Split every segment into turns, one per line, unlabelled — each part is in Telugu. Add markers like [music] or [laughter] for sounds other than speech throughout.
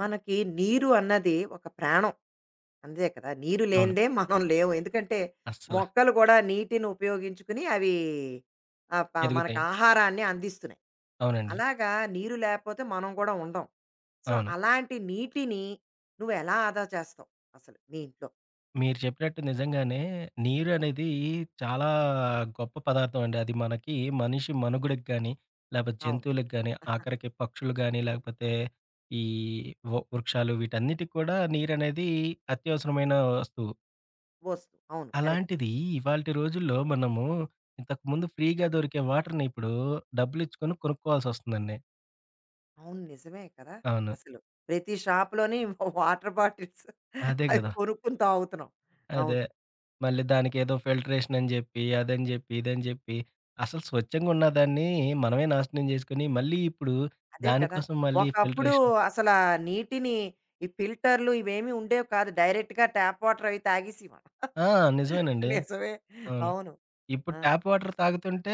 మనకి నీరు అన్నది ఒక ప్రాణం. అంతే కదా! నీరు
అవును.
లేనిదే మనం లేవు. ఎందుకంటే
అస్సల
మొక్కలు కూడా నీటిని ఉపయోగించుకుని అవి ఆహ్, ప మనకు
ఎదుగుతాయి.
ఆహారాన్ని అందిస్తున్నాయి.
అవునండి.
అలాగా నీరు లేకపోతే మనం కూడా ఉండం. సో,
అవును.
అలాంటి నీటిని నువ్వు ఎలా ఆదా చేస్తావు అసలు నీ ఇంట్లో?
మీరు చెప్పినట్టు నిజంగానే నీరనేది చాలా గొప్ప పదార్థం అండి. అది మనకి మనిషి మనుగడకి గాని, లేపోతే
అవును.
జంతువులకి గాని, ఆఖరికి పక్షులు గాని, లేకపోతే ఈ వృక్షాలు వీటన్నిటికి కూడా నీరనేది అత్యవసరమైన వస్తువు.
అవును. కరెక్ట్.
అలాంటిది ఇవాల్టి రోజుల్లో మనము ఇంతకుముందు ఫ్రీగా దొరికే వాటర్‌ని ఇప్పుడు డబ్బులిచ్చుకొని కొనుక్కోవాల్సొస్తుందండి.
అవును. నిజమే కదా!
అవును.
అసలు ప్రతి షాప్‌లోని [laughs] వాటర్ బాటిల్స్
అదే
అవి
గదా!
కొనుక్కొని తాగుతున్నాం.
అదే.
అవును.
మళ్ళీ దానికేదో ఫిల్టరేషన్ అని జెప్పి, అదని జెప్పి, ఇదని జెప్పి, అసలు స్వచ్ఛంగా ఉన్నదాన్ని మనమే నాశనం జేసుకొని, మళ్ళీ ఇప్పుడు
అదే కదా!
దానికోసం మళ్ళీ
ఒకప్పుడు
ఫిల్టరేషన్.
అసలా నీటిని ఈ ఫిల్టర్‌లు ఇవేమీ ఉండేవి కాదు. డైరెక్ట్‌గా ట్యాప్ వాటర్ అవి తాగేసేవాళ్ళం.
ఆ!
[laughs]
నిజమేనండి.
నిజమే.
అవును.
అవును.
ఇప్పుడు
ఆ!
ట్యాప్ వాటర్ తాగుతుంటే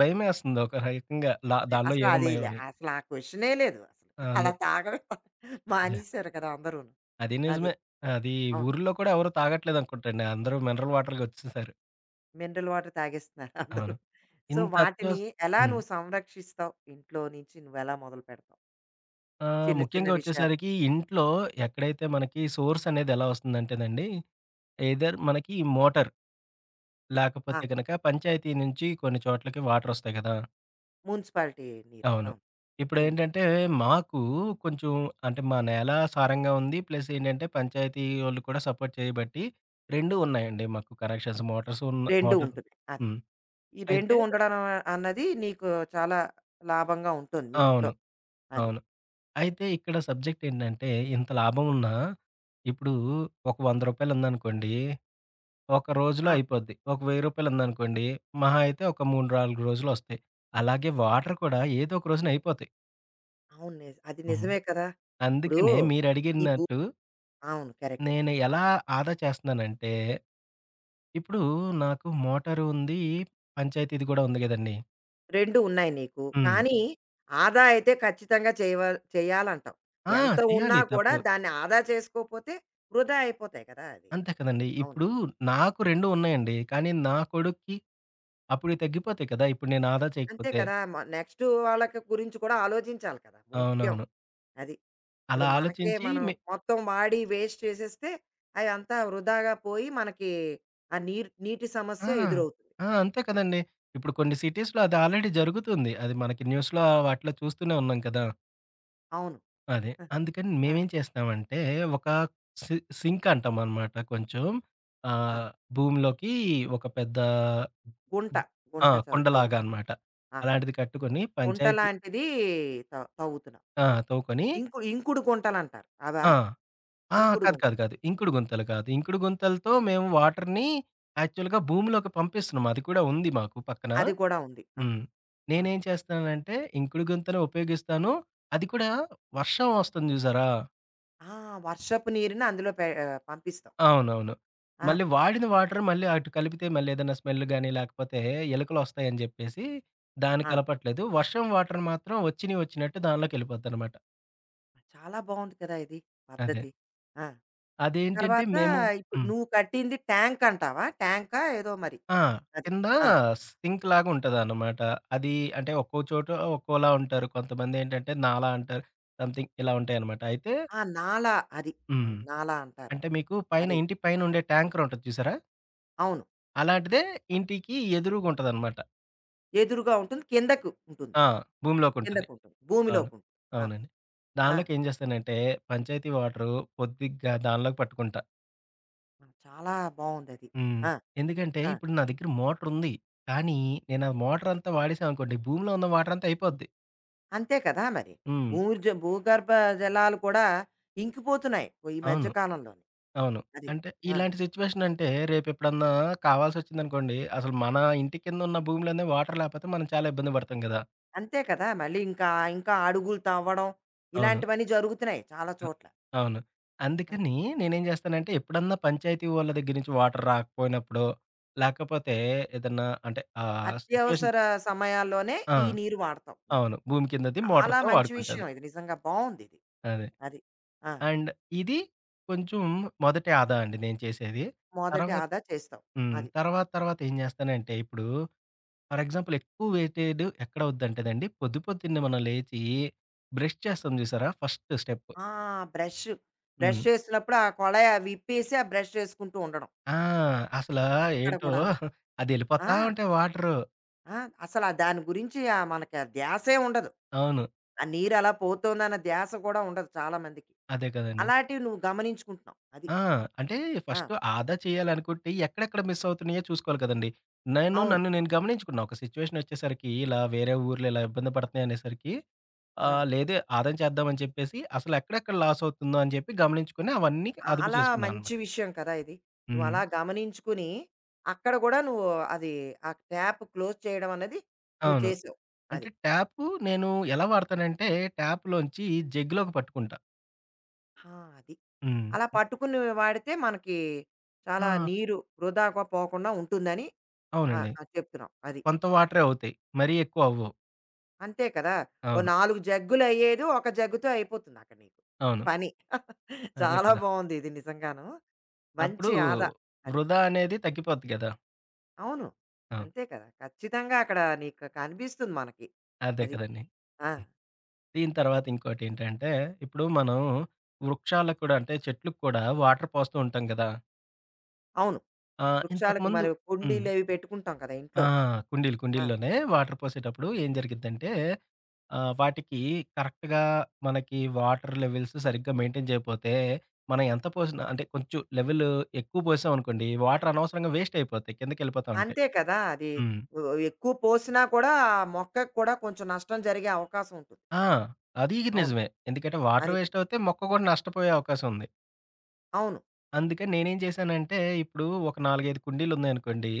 భయమేస్తుంది ఒక రకంగా. లా
అంటే
దానిలో
అసలు అది
ఏమున్నాయో
లే
అని.
అసలు ఆ క్వెషనే లేదు అసలు.
అవును.
అలా తాగడమే [laughs]
యాహ్!
మానేశారు కదా అందరూను.
అది
అది.
నిజమే. అది
అవును.
ఊర్లో కూడా ఎవరు తాగట్లేదనుకుంటండి. అందరూ మినరల్ వాటర్‌కి ఒచ్చేసారు.
మినరల్ వాటర్ తాగేస్తున్నారు అందరూ.
అవును.
సో,
ఇంత
వాటిని
అత్యవస
ఎలా
హ్మ్.
నువ్వు సంరక్షిస్తావు? ఇంట్లో నుంచి నువ్వెలా మొదలుపెడతావు? చిన్న చిన్న
ముఖ్యంగా
విషయాలు.
ఒచ్చేసరికి ఇంట్లో ఎక్కడైతే మనకి సోర్స్ అనేది ఎలా ఒస్తుందంటేనండి, ఎయిదర్ మనకి మోటార్
ఆ!
లేకపోతే గనక పంచాయతీ నుంచి కొన్ని చోట్లకి వాటరొస్తాయి గదా!
మున్సిపాలిటీ నీరు.
అవును.
అవును. హ్మ్.
ఇప్పుడేంటంటే, మాకు కొంచెం అంటే, మా నేల సారంగా ఉంది. ప్లస్ ఏంటంటే, పంచాయతీ వోళ్ళు కూడా సపోర్ట్ చేయబట్టి 2 ఉన్నాయండి మాకు కనెక్షన్స్. మోటార్స్ ఉన్న
2
మోటార్
ఉంటున్నాయి. అదే.
హ్మ్.
ఈ 2
అయితే
అన్నది నీకు చాలా లాభంగా ఉంటుంది మీ ఇంట్లో.
అవును.
అది.
అవును. అయితే ఇక్కడ సబ్జెక్ట్ ఏంటంటే, ఇంత లాభం ఉన్నా ఇప్పుడు ఒక రూ. 100 ఉందనుకోండి, ఒక రోజులో
ఆ!
అయిపోద్ది. ఒక రూ. 1000 ఉందనుకోండి, మహా అయితే ఒక 3, 4 రోజులొస్తాయి. అలాగే వాటర్ కూడా ఏదో ఒక రోజున అయిపోతాయి.
అవును. అది
హ్మ్.
నిజమే కదా! ఇప్పుడు
అందుకనే
ఈ భూ
మీరడిగినట్టు
అవును. కరెక్ట్.
నేను ఎలా ఆదా చేస్తున్నానంటే, ఇప్పుడు నాకు మోటారు ఉంది, పంచాయతీది కూడా ఉంది గదండీ!
2 ఉన్నాయి నీకు.
హ్మ్.
కానీ ఆదా అయితే ఖచ్చితంగా చేయాలంటావు.
ఆ!
ఎంత
చేయాలి
ఉన్నా కూడా
తప్పదు.
దాన్ని ఆదా చేసుకోపోతే వృధా అయిపోతాయి కదా! అవి.
అంతే కదండీ!
అవును.
ఇప్పుడు నాకు 2 ఉన్నాయండి. కానీ నా కొడుక్కి అప్పుడు తగ్గిపోతాయి కదా! ఇప్పుడు నేను ఆదా
అంతే
చేయకపోతే.
కదా! నెక్స్ట్ వాళ్ళకి గురించి కూడా ఆలోచించాలి కదా! ముఖ్యం.
అవునవును.
అది. ఇప్పుడు
అలా
మనకే
ఆలోచించి.
మనం మొత్తం వాడి వేస్ట్ చేసేస్తే అవి అంతా వృధాగా పోయి మనకి ఆ నీరు నీటి
ఆ!
సమస్య ఎదురవుతుంది.
ఆ! అంతే కదండీ. ఇప్పుడు కొన్ని సిటీస్‌లో అది ఆల్రెడీ జరుగుతుంది. అది మనకి న్యూస్‌లో వాటిలో చూస్తూనే ఉన్నాం కదా!
అవును.
అదే.
ఆహా.
అందుకని
ఆ!
మేమేం చేస్తామంటే, ఒక సింక్ అంటామనమాట కొంచెం.
ఆ!
ఆహ్, భూమిలోకి ఒక పెద్ద.
గుంట.
ఆ!
గుంట
కుండలాగా
తవ్వుతాం.
అనమాట.
ఆ!
అలాంటిది కట్టుకొని
గుంట
పంచాయతీ.
లాంటిది తవ్వుతున్నాం.
ఆ!
ఆ!
తవ్వుకొని.
ఇంకుడు గుంటలంటారు. అదా?
ఆ! ఆ!
ఇంకుడు
కాదు, కాదు,
గుంటలు.
కాదు. ఇంకుడు గుంతలు కాదు. ఇంకుడు గుంతలతో మేము వాటర్‌ని యాక్చువల్‌గా భూమిలోకి పంపిస్తున్నాం. అది కూడా ఉంది మాకు పక్కన.
అది కూడా ఉంది. ఆ!
హ్మ్.
ఆ!
నేనేం చేస్తానంటే, ఇంకుడు గుంతనే ఉపయోగిస్తాను. అది కూడా వర్షం వస్తుంది చూసారా?
ఆ! వర్షపు నీరుని అందులో పంపిస్తాం.
అవునవును.
ఆ!
మళ్ళీ వాడిన వాటర్ మళ్ళీ అటు కలిపితే మళ్ళీ ఏదైనా స్మెల్ గాని, లేకపోతే ఎలుకలొస్తాయని చెప్పేసి దాన్ని
ఆ!
కలపట్లేదు. వర్షం వాటర్ మాత్రం వచ్చినయి వచ్చినట్టు దానిలోకెళ్ళిపోద్దనమాట.
చాలా బావుంది కదా! ఇది
అదే.
పద్ధతి. ఆ!
అదేంటంటే
తర్వాత
మేము.
ఇప్పుడు
హ్మ్.
నువ్వు కట్టింది ట్యాంక్ అంటావా? ట్యాంకా ఏదో మరి
ఆ!
అది.
కింద
ఆ!
సింక్ లాగా ఉంటదనమాట. అది అంటే ఒక్కో చోట ఒక్కోలా ఉంటారు. కొంతమందేంటంటే, నాలా అంటారు. సంథింగ్ ఇలా ఉంటాయనమాట. అయితే.
ఆ! నాలా అది.
హ్మ్.
అవును. నాలా అంటారు.
అంటే మీకు పైన
అదే.
ఇంటి పైన ఉండే ట్యాంకర్ ఉంటది చూసారా?
అవును.
అలాంటిదే ఇంటికి ఎదురుగా ఉంటదనమాట.
ఎదురుగా ఉంటుంది. కిందకు ఉంటుంది.
ఆ! భూమిలోకుంటది.
కిందకుంటుంది.
అవును.
భూమిలోకుంటుంది. ఆ!
అవునండి.
ఆ!
దానిలోకి ఏం చేస్తానంటే, పంచాయతీ వాటరు పొద్దిగ్గా దానిలోకి పట్టుకుంటా.
ఆ! చాలా బావుందది.
హ్మ్.
ఆ!
ఎందుకంటే
ఆ!
ఇప్పుడు నా దగ్గర మోటర్ ఉంది. కానీ నేను ఆ మోటర్ అంతా వాడేసామనుకోండి, భూమిలో ఉన్న వాటర్ అంతా అయిపోద్ది.
అంతే కదా మరి.
హ్మ్.
భూగర్భ జలాలు కూడా ఇంకిపోతున్నాయి ఓ ఈ మధ్య
అవును.
కాలంలోని.
అవును.
అది.
అంటే
ఆ!
ఇలాంటి సిట్యుయేషన్ అంటే రేపెప్పుడన్నా కావాల్సొచ్చిందనుకోండి, అసలు మన ఇంటి కింద ఉన్న భూమిలోనే వాటర్ లేకపోతే మనం చాలా ఇబ్బంది పడతాం కదా!
అంతే కదా! మళ్ళీ ఇంకా ఇంకా అడుగులు తవ్వడం
అవును.
ఇలాంటివన్నీ జరుగుతున్నాయి చాలా
అ
చోట్ల.
అవును.
ఆ!
అందుకని నేనేం జేస్తానంటే, ఎప్పుడన్నా పంచాయతీ వాళ్ళ దగ్గర నుంచి వాటర్ రాకపోయినప్పుడో, లేకపోతే ఏదన్నా అంటే సిచ్యువేషన్.
అత్యవసర సమయాల్లోనే
ఆ!
ఈ నీరు వాడతావు నువ్వు.
అవును. భూమి కిందది
చాలా
మోటార్‌తో
మంచి
వాడుకుంటాను.
విషయం ఇది. నిజంగా బావుందిది.
అదే.
అది. ఆ!
అండ్ ఇది కొంచెం మొదటి ఆదా అండి నేను చేసేది.
మొదటి
తర్వాత.
ఆదా చేస్తావు.
హ్మ్.
అది.
తర్వాత తర్వాత ఏం జేస్తానంటే, ఇప్పుడు ఫర్ ఎగ్జాంపుల్ ఎక్కువ వెయిటేజ్ ఎక్కడ అవుద్దంటేనండి, పొద్దు పొద్దున్నే మనం లేచి బ్రష్ చేస్తాం జూసారా ఫస్ట్ స్టెప్.
ఆ! బ్రష్.
హ్మ్.
బ్రష్ చేసినప్పుడు ఆ కొళాయి విప్పేసి ఆ బ్రష్ చేసుకుంటూ ఉండడం.
ఆ! అసలా
అక్కడ
ఏంటో
కూడాను. ఆ!
అదెళ్ళిపోతా ఉంటాయి వాటరు.
ఆ! అసలా దాని గురించి మనకి ఆ ధ్యాసే ఉండదు.
అవును.
ఆ నీరు అలా పోతోందన్న ధ్యాస కూడా ఉండదు చాలా మందికి.
అదే కదండీ.
అలాంటివి నువ్వు గమనించుకుంటున్నావు. అది.
ఆ! అంటే
ఆ!
ఫస్ట్ ఆదా చేయాలనుకుంటే ఎక్కడెక్కడ మిస్ అవుతున్నాయో చూసుకోవాలి కదండీ. నేను
అవును.
నన్ను నేను గమనించుకున్నా. ఒక సిట్యుయేషన్ ఒచ్చేసరికి ఇలా వేరే ఊర్లు ఇలా ఇబ్బంది పడుతున్నాయి అనేసరికి
ఆ!
లేదే ఆదా చేద్దాం అని చెప్పేసి అసలు ఎక్కడెక్కడ లాస్ అవుతుందో అని చెప్పి గమనించుకొని అవన్నీ అదుపు
చాలా
చేసుకున్నాను
మంచి
అన్నమాట.
విషయం కదా ఇది. నువ్వు
హ్మ్.
అలా అవును. గమనించుకుని, అక్కడ గూడా నువ్వు అది ఆ ట్యాప్ క్లోజ్ చేయడం అన్నది నువ్వు
అవును.
చేసావు.
అంటే
అది.
ట్యాపు నేను ఎలా వాడతానంటే, ట్యాప్‌లోంచి జగ్‌లోకి పట్టుకుంటా.
ఆ! అది.
హ్మ్.
అలా పట్టుకుని వాడితే మనకి చాలా
ఆ!
నీరు వృధాగా పోకుండా ఉంటుందని ఆహ్,
అవునండి.
ఆహ్, చెప్తున్నావు. అది.
కొంత వాటరే అవుతాయి. మరీ ఎక్కువ అవ్వవు.
అంతే కదా! ఓ
అవును.
4 జగ్గులు అయ్యేది ఒక జగ్గుతో అయిపోతుంది అక్కడ నీకు
అవును.
పని. [laughs]
అదే
చాలా
కదా!
బావుంది ఇది నిజంగాను.
అప్పుడు
మంచి ఆదా అది.
వృధా అనేది తగ్గిపోద్ది కదా!
అవును.
అవును.
అంతే కదా! ఖచ్చితంగా అక్కడ నీకు కనిపిస్తుంది మనకి.
అదే
అది.
కదండీ.
ఆ!
దీని తర్వాత
అది.
ఇంకోటేంటంటే, ఇప్పుడు మనం వృక్షాలకు కూడా అంటే చెట్లుకి కూడా వాటర్ పోస్తూ ఉంటాం కదా!
అవును. వృక్షాలకు
ఇంతకుముందు.
మరి
హ్మ్.
కుండీలు అవి పెట్టుకుంటాం కదా
ఆ!
ఇంట్లో. ఆ!
కుండీల్లోనే వాటర్ పోసేటప్పుడు ఏం జరిగిద్దంటే, వాటికి కరెక్ట్‌గా మనకి వాటర్ లెవెల్స్ సరిగ్గా మెయింటైన్ చేయకపోతే, మనం ఎంత పోసినా అంటే కొంచెం లెవెల్ ఎక్కువ పోసామనుకోండి, వాటర్ అనవసరంగా వేస్ట్ అయిపోతాయి. కిందకెళ్ళిపోతా ఉంటాయి.
అంతే కదా! అది
హ్మ్.
ఒ ఎక్కువ పోసినా కూడా ఆ మొక్కకి కూడా కొంచెం నష్టం జరిగే అవకాశం ఉంటుంది.
ఆ! అది
అవును.
నిజమే. ఎందుకంటే వాటర్
అది కు-
వేస్ట్ అవుతే మొక్క కూడా నష్టపోయే అవకాశం ఉంది.
అవును.
అందుకని నేనేం చేశానంటే, ఇప్పుడు ఒక 4, 5 కుండీలున్నాయనుకోండి,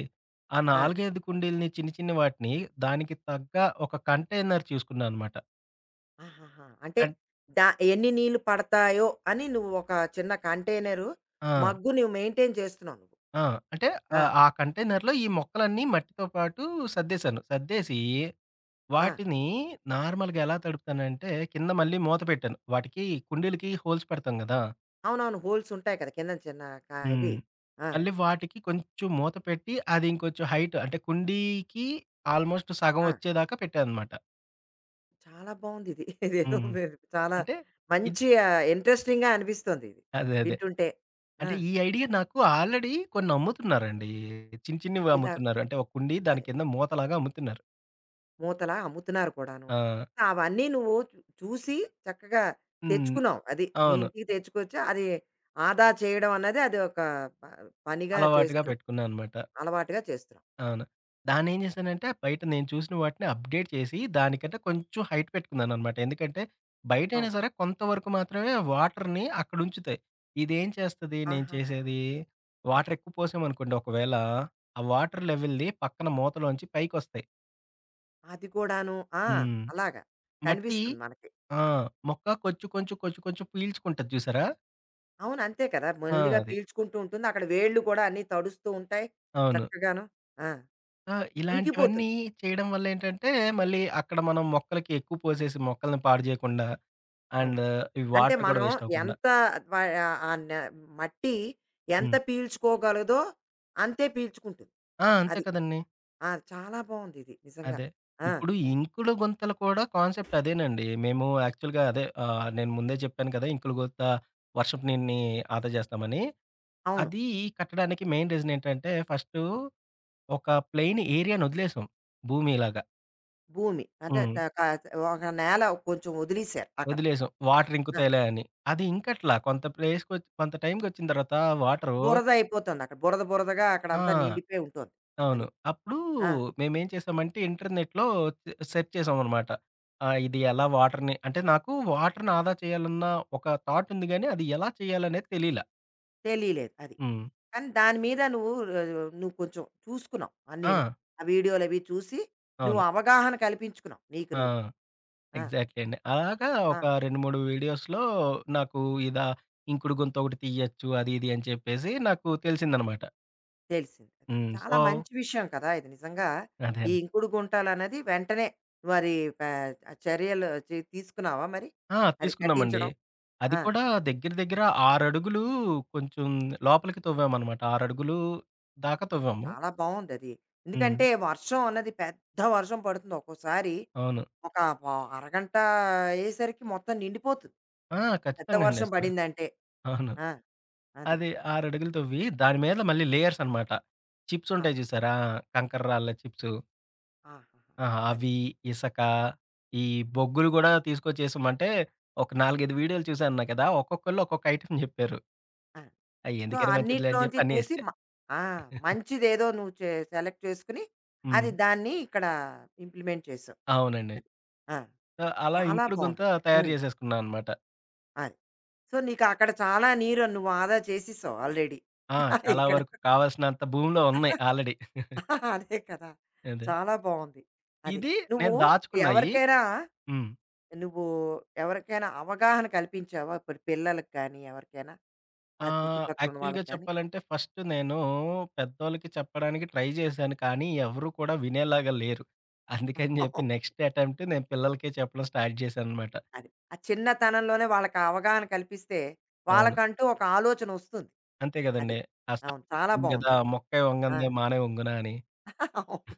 ఆ
ఆ!
4, 5 కుండీలని చిన్ని చిన్ని వాటిని దానికి తగ్గ ఒక కంటైనర్ చూసుకున్నాననమాట.
ఆహాహా! అంటే
కన్
దా ఎన్ని నీళ్లు పడతాయో అని నువ్వు ఒక చిన్న కంటైనరు,
ఆ!
మగ్గు నువ్వు మెయింటైన్ చేస్తున్నావు నువ్వు.
ఆ! అంటే
ఆ!
ఆ కంటైనర్‌లో ఈ మొక్కలన్నీ మట్టితో పాటు సర్దేశాను. సర్దేసి
ఆ!
వాటిని నార్మల్‌గా ఎలా తడుపుతానంటే, కింద మళ్ళీ మూత పెట్టాను. వాటికి కుండీలకి హోల్స్ పెడతాం గదా!
అవునవును. హోల్స్ ఉంటాయి కదా! కిందన చిన్న
హ్మ్.
ఇవి. ఆ!
మళ్ళీ వాటికి కొంచెం మూత పెట్టి అది ఇంకొంచెం హైట్ అంటే కుండీకి ఆల్‌మోస్ట్ సగం
ఆ!
వచ్చేదాకా పెట్టాననమాట.
చాలా బావుందిది. [laughs] ఇదేదో
హ్మ్.
మీరు చాలా
అంటే ఇది
మంచి ఇంట్రెస్టింగ్‌గా అనిపిస్తుంది ఇది.
అదే. అదే.
వింటుంటే. ఆ!
అంటే ఈ ఐడియా నాకు ఆల్రెడీ కొన్ని అమ్ముతున్నారండి. చిన్న చిన్నవి
ఇలా
అమ్ముతున్నారు. అంటే ఒక కుండీ దాని
అదే.
కింద మూతలాగా అమ్ముతున్నారు.
మూతలా అమ్ముతున్నారు కూడాను.
ఆ!
సో అవన్నీ నువ్వు చూసి చక్కగా
హ్మ్.
తెచ్చుకున్నావు. అది మీ
అవును.
ఇంటికి తెచ్చుకొచ్చి అది ఆదా చేయడం అన్నది అది ఒక ప పనిగా
అలవాటుగా
చేస్తున్నావు.
పెట్టుకున్నానన్నమాట.
అలవాటుగా చేస్తున్నావు.
అవును. దాన్నేం జేశానంటే బయట నేను చూసిన వాటిని అప్‌డేట్ చేసి దానికంటే కొంచెం హైట్ పెట్టుకున్నానన్నమాట. ఎందుకంటే బయటైనా
అవును.
సరే కొంతవరకు మాత్రమే వాటర్‌ని అక్కడుంచుతాయి. ఇదేం చేస్తది నేను
ఆహాహా!
చేసేది.
అది.
వాటర్ ఎక్కువ పోసామనుకోండి ఒకవేళ, ఆ వాటర్ లెవెల్‌ది పక్కన మూతలోంచి పైకొస్తాయి.
అది కూడాను. ఆ!
హ్మ్.
అలాగా.
మట్టి.
కనిపిస్తుంది మనకి.
ఆ! మొక్క కొంచెం కొంచెం కొంచెం కొంచెం పీల్చుకుంటది చూసారా?
అవును. అంతే కదా!
ఆ!
మెల్లిగా
అది.
పీల్చుకుంటూ ఉంటుంది. అక్కడ వేళ్ళు కూడా అన్నీ తడుస్తూ ఉంటాయి.
అవును.
చక్కగాను. ఆ!
ఆ! ఇలాంటివన్నీ
ఇంకిపోతుంది.
చేయడం వల్లేంటంటే, మళ్ళీ అక్కడ మనం మొక్కలకి ఎక్కువ పోసేసి మొక్కల్ని పాడు చేయకుండా,
అవును.
అండ్ ఈ
అంటే
వాటర్ కూడా
మనం
వేస్ట్ అవ్వకుండా.
ఎంత వ ఆ న మట్టి ఎంత
హ్మ్.
పీల్చుకోగలదో అంతే పీల్చుకుంటుంది.
ఆ! అంతే
అది.
కదండీ.
ఆ! చాలా బావుందిది నిజంగా.
అదే.
ఆ!
ఇప్పుడు ఇంకుడు గుంతలు కూడా కాన్సెప్ట్ అదేనండి. మేము యాక్చువల్‌గా అదే నేను ముందే చెప్పాను కదా! ఇంకుడు గుంత వర్షపు నీరుని ఆదా చేస్తామని.
అవును.
అది కట్టడానికి మెయిన్ రీజన్ ఏంటంటే, ఫస్టు ఒక ప్లెయిన్ ఏరియాని వదిలేసాం భూమిలాగా.
భూమి. అంటే
హ్మ్.
త క ఒక నేల కొంచెం వదిలేసారు అక్కడ.
వదిలేసాం. వాటర్
ఆ!
ఇంకుతాయిలే అని. అది ఇంకట్లా. కొంత ప్లేస్‌కొచ్చి కొంత టైమ్‌కొచ్చిన తర్వాత వాటరు.
బురద అయిపోతుంది అక్కడ. బురద బురదగా
ఆ!
అక్కడంతా నిండిపోయి ఉంటుంది.
అవును.
అది.
అప్పుడు
ఆ!
మేమేం చేసామంటే ఇంటర్నెట్‌లో సెర్చ్ చేసామనమాట. ఇది ఎలా వాటర్‌ని అంటే నాకు వాటర్‌ని ఆదా చేయాలన్న ఒక థాట్ ఉంది గానీ, అది ఎలా చేయాలనేది తెలీలా.
తెలియలేదు. అది.
హ్మ్.
కానీ దాని మీద నువ్వు ఆహ్, నువ్వు కొంచెం చూసుకున్నావు
ఆ!
అన్నీను. ఆ వీడియోలవి చూసి నువ్వు
అవును.
అవగాహన కల్పించుకున్నావు నీకు నువ్వు.
ఆ!
ఆ!
ఎగ్జాక్ట్‌లీ అండి. అలాగా ఒక
ఆ!
2, 3 వీడియోస్‌లో నాకు ఇదా ఇంకుడు గుంత ఒకటి తీయొచ్చు అది ఇది అని చెప్పేసి నాకు తెలిసిందనమాట.
తెలిసింది. అది
హ్మ్. సో
చాలా మంచి విషయం కదా! ఇది నిజంగా
అదే
ఈ
అండి.
ఇంకుడు గుంటలన్నది వెంటనే మరి పా చర్యలు తీసుకున్నావా మరి?
ఆ!
అది
తీసుకున్నామండి.
కట్టించడం.
అది
ఆ!
కూడా దగ్గర దగ్గర 6 అడుగులు కొంచెం లోపలికి తవ్వామనమాట. 6 అడుగులు దాకా
అది
తవ్వాము.
చాలా బావుందది.
హ్మ్.
ఎందుకంటే వర్షం అన్నది పెద్ద వర్షం పడుతుంది ఒక్కోసారి.
అవును.
ఒక ప అరగంట అయ్యేసరికి మొత్తం నిండిపోతుంది.
ఆ!
పెద్ద
ఖచ్చితంగా అండి
వర్షం
అసల.
పడిందంటే.
అవును.
ఆ! అదే.
అది 6 అడుగులు తవ్వి దాని మీద మళ్ళీ లేయర్స్ అనమాట. చిప్స్
ఆ!
ఉంటాయి చూసారా? కంకర రాళ్ళ చిప్స్.
ఆహాహా!
ఆ!
అది.
అవి, ఇసక, ఈ బొగ్గులు గూడా తీసుకొచ్చేసామంటే, ఒక 4, 5 వీడియోలు చూసాను కదా! ఒక్కొక్కళ్ళు ఒక్కొక్క ఐటెమ్ జెప్పారు.
ఆ!
అయి
సో,
ఎందుకైనా మంచిదిలే అని జెప్పి
అన్నిట్లోంచి
అన్నీ
చూసి
ఎసా.
ఆ! మంచిదేదో నువ్వు సెలెక్ట్ చేసుకొని,
హ్మ్.
దాన్ని ఇక్కడ ఇంప్లిమెంట్ చేసావు.
అవునండి.
అది. ఆ!
ఆ! అలా
చాలా
ఇంకుడు గుంత
బావుంది.
తయారు
హ్మ్.
చేసేసుకున్నా అనమాట.
అది. సో, నీకు అక్కడ చాలా నీరు నువ్వు ఆదా చేసేసావు ఆల్రెడీ.
ఆ!
[laughs]
చాలా
ఇక్కడ
వరకు కావాల్సినంత భూమిలో ఉన్నాయి
[laughs]
ఆల్రెడీ.
అదే కదా!
అదే.
చాలా బావుంది. అది.
ఇది నేను
నువ్వు
దాచుకున్నాయి.
ఎవరికైనా
హ్మ్.
నువ్వు ఎవరికైనా అవగాహన కల్పించావా? ఇప్పుడు పిల్లలకి కానీ, ఎవరికైనా ఆ చుట్టుపక్కల ఉన్న
యాక్చువల్‌గా
వాళ్ళకి కానీ?
చెప్పాలంటే ఫస్ట్ నేను పెద్దోళ్ళకి చెప్పడానికి ట్రై చేశాను. కానీ ఎవరు కూడా వినేలాగా లేరు. అందుకని చెప్పి నెక్స్ట్ అటెంప్ట్ నేను పిల్లలకే చెప్పడం స్టార్ట్ చేశాననమాట.
అది. ఆ చిన్నతనంలోనే వాళ్ళకి ఆ అవగాహన కల్పిస్తే,
అవును.
వాళ్ళకంటూ ఒక ఆలోచన వస్తుంది.
అంతే
అది.
కదండీ! ఆ
అవును.
సామెత
చాలా
ఉంది కదా!
బావుందది.
"మొక్కే
ఆ!
వంగందే మానే వంగునా" అని.
[laughs] అవును.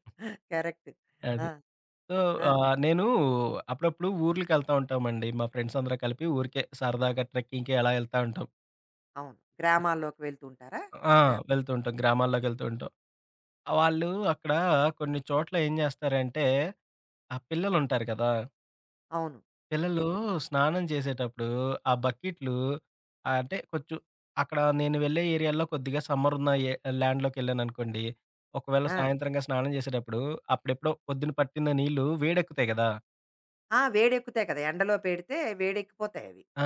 కరెక్ట్. ఆ!
అది. సో,
ఆ!
నేను అప్పుడప్పుడు ఊర్లకెళ్తా ఉంటామండి. మా ఫ్రెండ్స్ అందరం కలిపి ఊరికే సరదాగా ట్రెక్కింగ్‌కి అలా ఎళ్తా ఉంటాం.
అవును. గ్రామాల్లోకి వెళ్తూ ఉంటారా?
ఆ!
గ్రామ
వెళ్తూ ఉంటాం. గ్రామాల్లోకెళ్తూ ఉంటాం. వాళ్ళు అక్కడ కొన్ని చోట్ల ఏం జేస్తారంటే, ఆ పిల్లలుంటారు కదా!
అవును.
పిల్లలు
పిల్లలు.
స్నానం చేసేటప్పుడు ఆ బకెట్లు అంటే కొంచెం అక్కడ నేను వెళ్ళే ఏరియాలో కొద్దిగా సమ్మరున్న ఏ ల్యాండ్‌లోకెళ్ళాననుకోండి, ఒకవేళ
ఆ!
సాయంత్రంగా స్నానం చేసేటప్పుడు అప్పుడెప్పుడో పొద్దున పట్టిన నీళ్ళు వేడెక్కుతాయి గదా!
ఆ! వేడెక్కుతాయి కదా! ఎండలో పెడితే వేడెక్కిపోతాయవి
ఆ!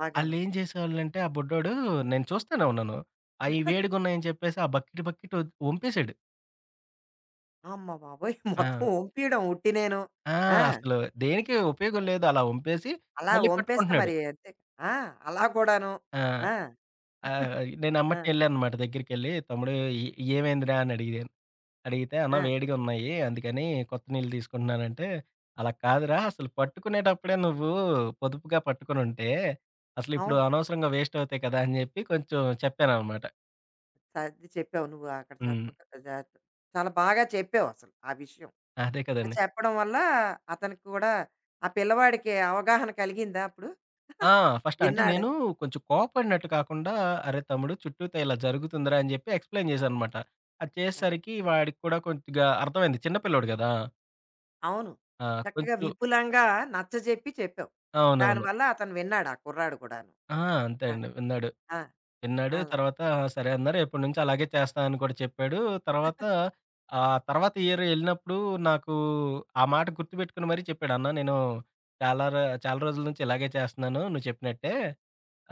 బాగాను.
ఆళ్ళేం చేసేవాళ్ళంటే, ఆ బుడ్డోడు నేను చూస్తానే ఉన్నాను. అయి వేడిగున్నాయని చెప్పేసి, ఆ బకెట్ ఒంపేసాడు.
అమ్మ బాబోయ్! [laughs]
ఆ!
మొత్తం ఒంపీయడం ఉట్టినేను.
ఆ!
ఆ!
అసలు దేనికి ఉపయోగం లేదు. అలా ఒంపేసి,
అలా
మళ్ళీ
ఒంపేస్తే
పట్టుకుంటున్నాడు.
మరి అంతే ఆ! అలా కూడాను.
ఆ!
ఆ!
ఆహ్,
[laughs]
నేను
ఆ!
ఎమ్మటనే ఎళ్ళాననమాట దగ్గరికెళ్ళి, "తమ్ముడు ఏ ఏమైందిరా?" అని అడిగాను. అడిగితే, "అన్న
ఆ!
వేడిగా ఉన్నాయి. అందుకని కొత్త నీళ్ళు తీసుకుంటున్నానంటే," "అలా కాదురా అసలు పట్టుకునేటప్పుడే నువ్వు పొదుపుగా పట్టుకొనుంటే, అసలిప్పుడు
అవును.
అనవసరంగా వేస్ట్ అవుతాయి కదా!" అని చెప్పి కొంచెం చెప్పాననమాట.
సర్ది చెప్పావు నువ్వు అక్కడ
హ్మ్.
చెప్పక జా చాలా బాగా చెప్పావు అసలు ఆ విషయం.
అదే
అది
కదండీ!
చెప్పడం వల్ల అతనికి కూడా ఆ పిల్లవాడికి అవగాహన కలిగిందా అప్పుడు?
ఆ!
[laughs]
ఫస్ట్ అంటే
విన్నాడు.
నేను కొంచెం కోప్పడినట్టు కాకుండా, "అరే తమ్ముడు చుట్టూతా ఇలా జరుగుతుందిరా" అని జెప్పి ఎక్స్‌ప్లెయిన్ చేశాననమాట. అది
అది.
చేసేసరికి వాడికి కూడా కొద్దిగా అర్థమైంది. చిన్న పిల్లోడు గదా!
అవును.
ఆ!
చక్కగా
కొంచెం
విపులంగా నచ్చజెప్పి చెప్పావు.
అవునవును.
దానివల్ల అతను విన్నాడు ఆ కుర్రాడు కూడాను.
ఆ! అంతే
ఆ!
అండి. విన్నాడు.
ఆ!
విన్నాడు.
అలా.
తర్వాత సరే అన్నారు. ఎప్పటి నుంచి అలాగే చేస్తా అని కూడా చెప్పాడు. తర్వాత తర్వాత ఇయర్ ఎళ్ళినప్పుడు నాకు ఆ మాట గుర్తుపెట్టుకొని మరీ చెప్పాడు. "అన్న నేను చాలా ర చాలా రోజుల నుంచి ఇలాగే చేస్తున్నాను నువ్వు చెప్పినట్టే."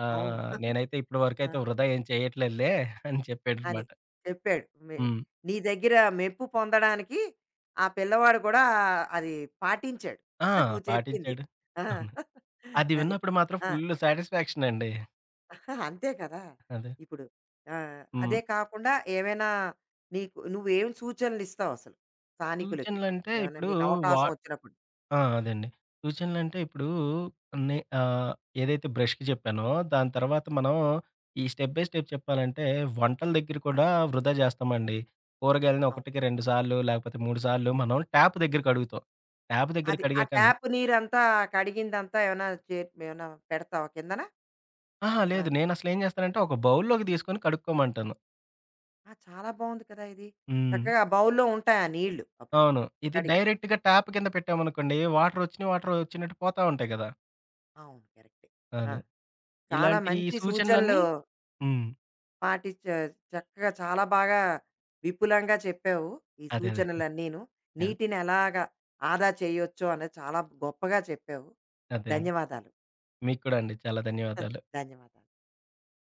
ఆ!
అవును.
నేనైతే ఇప్పటి
ఆ!
వరకైతే వృధా ఏం చేయట్లేదులే అని
అని
చెప్పాడనమాట.
చెప్పాడు.
హ్మ్.
నీ దగ్గర మెప్పు పొందడానికి ఆ పిల్లవాడు కూడా అది పాటించాడు.
ఆ!
[laughs] నువ్వు చెప్పింది.
పాటించాడు.
ఆ!
అవును.
[laughs]
అది
అది.
విన్నప్పుడు మాత్రం
ఆ!
ఫుల్ సాటిస్ఫాక్షన్ అండి.
ఆహా, అంతే కదా!
అదే.
ఇప్పుడు. ఆ!
హ్మ్.
అదే కాకుండా ఏమైనా నీకు నువ్వేం సూచనలిస్తావసలు స్థానికులకి?
సూచనలంటే
ఏమన్నా
ఇప్పుడు
నీకు
వా
అవకాశం వచ్చినప్పుడు?
ఆ! అదండి. సూచనలంటే ఇప్పుడు నే ఆహ్, ఏదైతే బ్రష్‌కి చెప్పానో దాని తర్వాత మనం ఈ స్టెప్ బై స్టెప్ చెప్పాలంటే వంటల దగ్గర కూడా వృధా చేస్తామండి. కూరగాయలని ఒకటికి
అవును.
2 సార్లు లేకపోతే 3 సార్లు మనం ట్యాప్ దగ్గర కడుగుతాం. ట్యాప్ దగ్గర
అది ఆ
కడిగే కన్నా
ట్యాప్ నీరంతా కడిగిందంతా ఏమైనా పెడతావా కిందన?
అహా!
ఆ!
లేదు. నేనసలేం జేస్తానంటే, ఒక బౌల్‌లోకి తీసుకొని కడుక్కోమంటాను.
ఆ! చాలా బావుంది కదా ఇది.
హ్మ్.
చక్కగా బౌల్‌లో ఉంటాయి ఆ నీళ్ళు అప్పుడు.
అవును. ఇది
కడిగినవి.
డైరెక్ట్‌గా ట్యాప్ కింద పెట్టామనుకోండి, వాటరొచ్చిన వాటరొచ్చినట్టు పోతా ఉంటాయి గదా!
అవును. కరెక్టే. ఆ!
అది.
చాలా
ఇలాంటి
మంచి సూచనలు
సూచనలన్నీ. హ్మ్.
పాటించా చక్కగా చాలా బాగా విపులంగా చెప్పావు. ఈ
అదే. అదే.
సూచనలన్నీను.
యాహ్!
నీటిని ఎలాగా ఆదా చేయొచ్చో అనేది చాలా గొప్పగా చెప్పావు.
అదే అండి.
ధన్యవాదాలు.
మీకు కూడా అండి. చాలా ధన్యవాదాలు.
[laughs] ధన్యవాదాలు.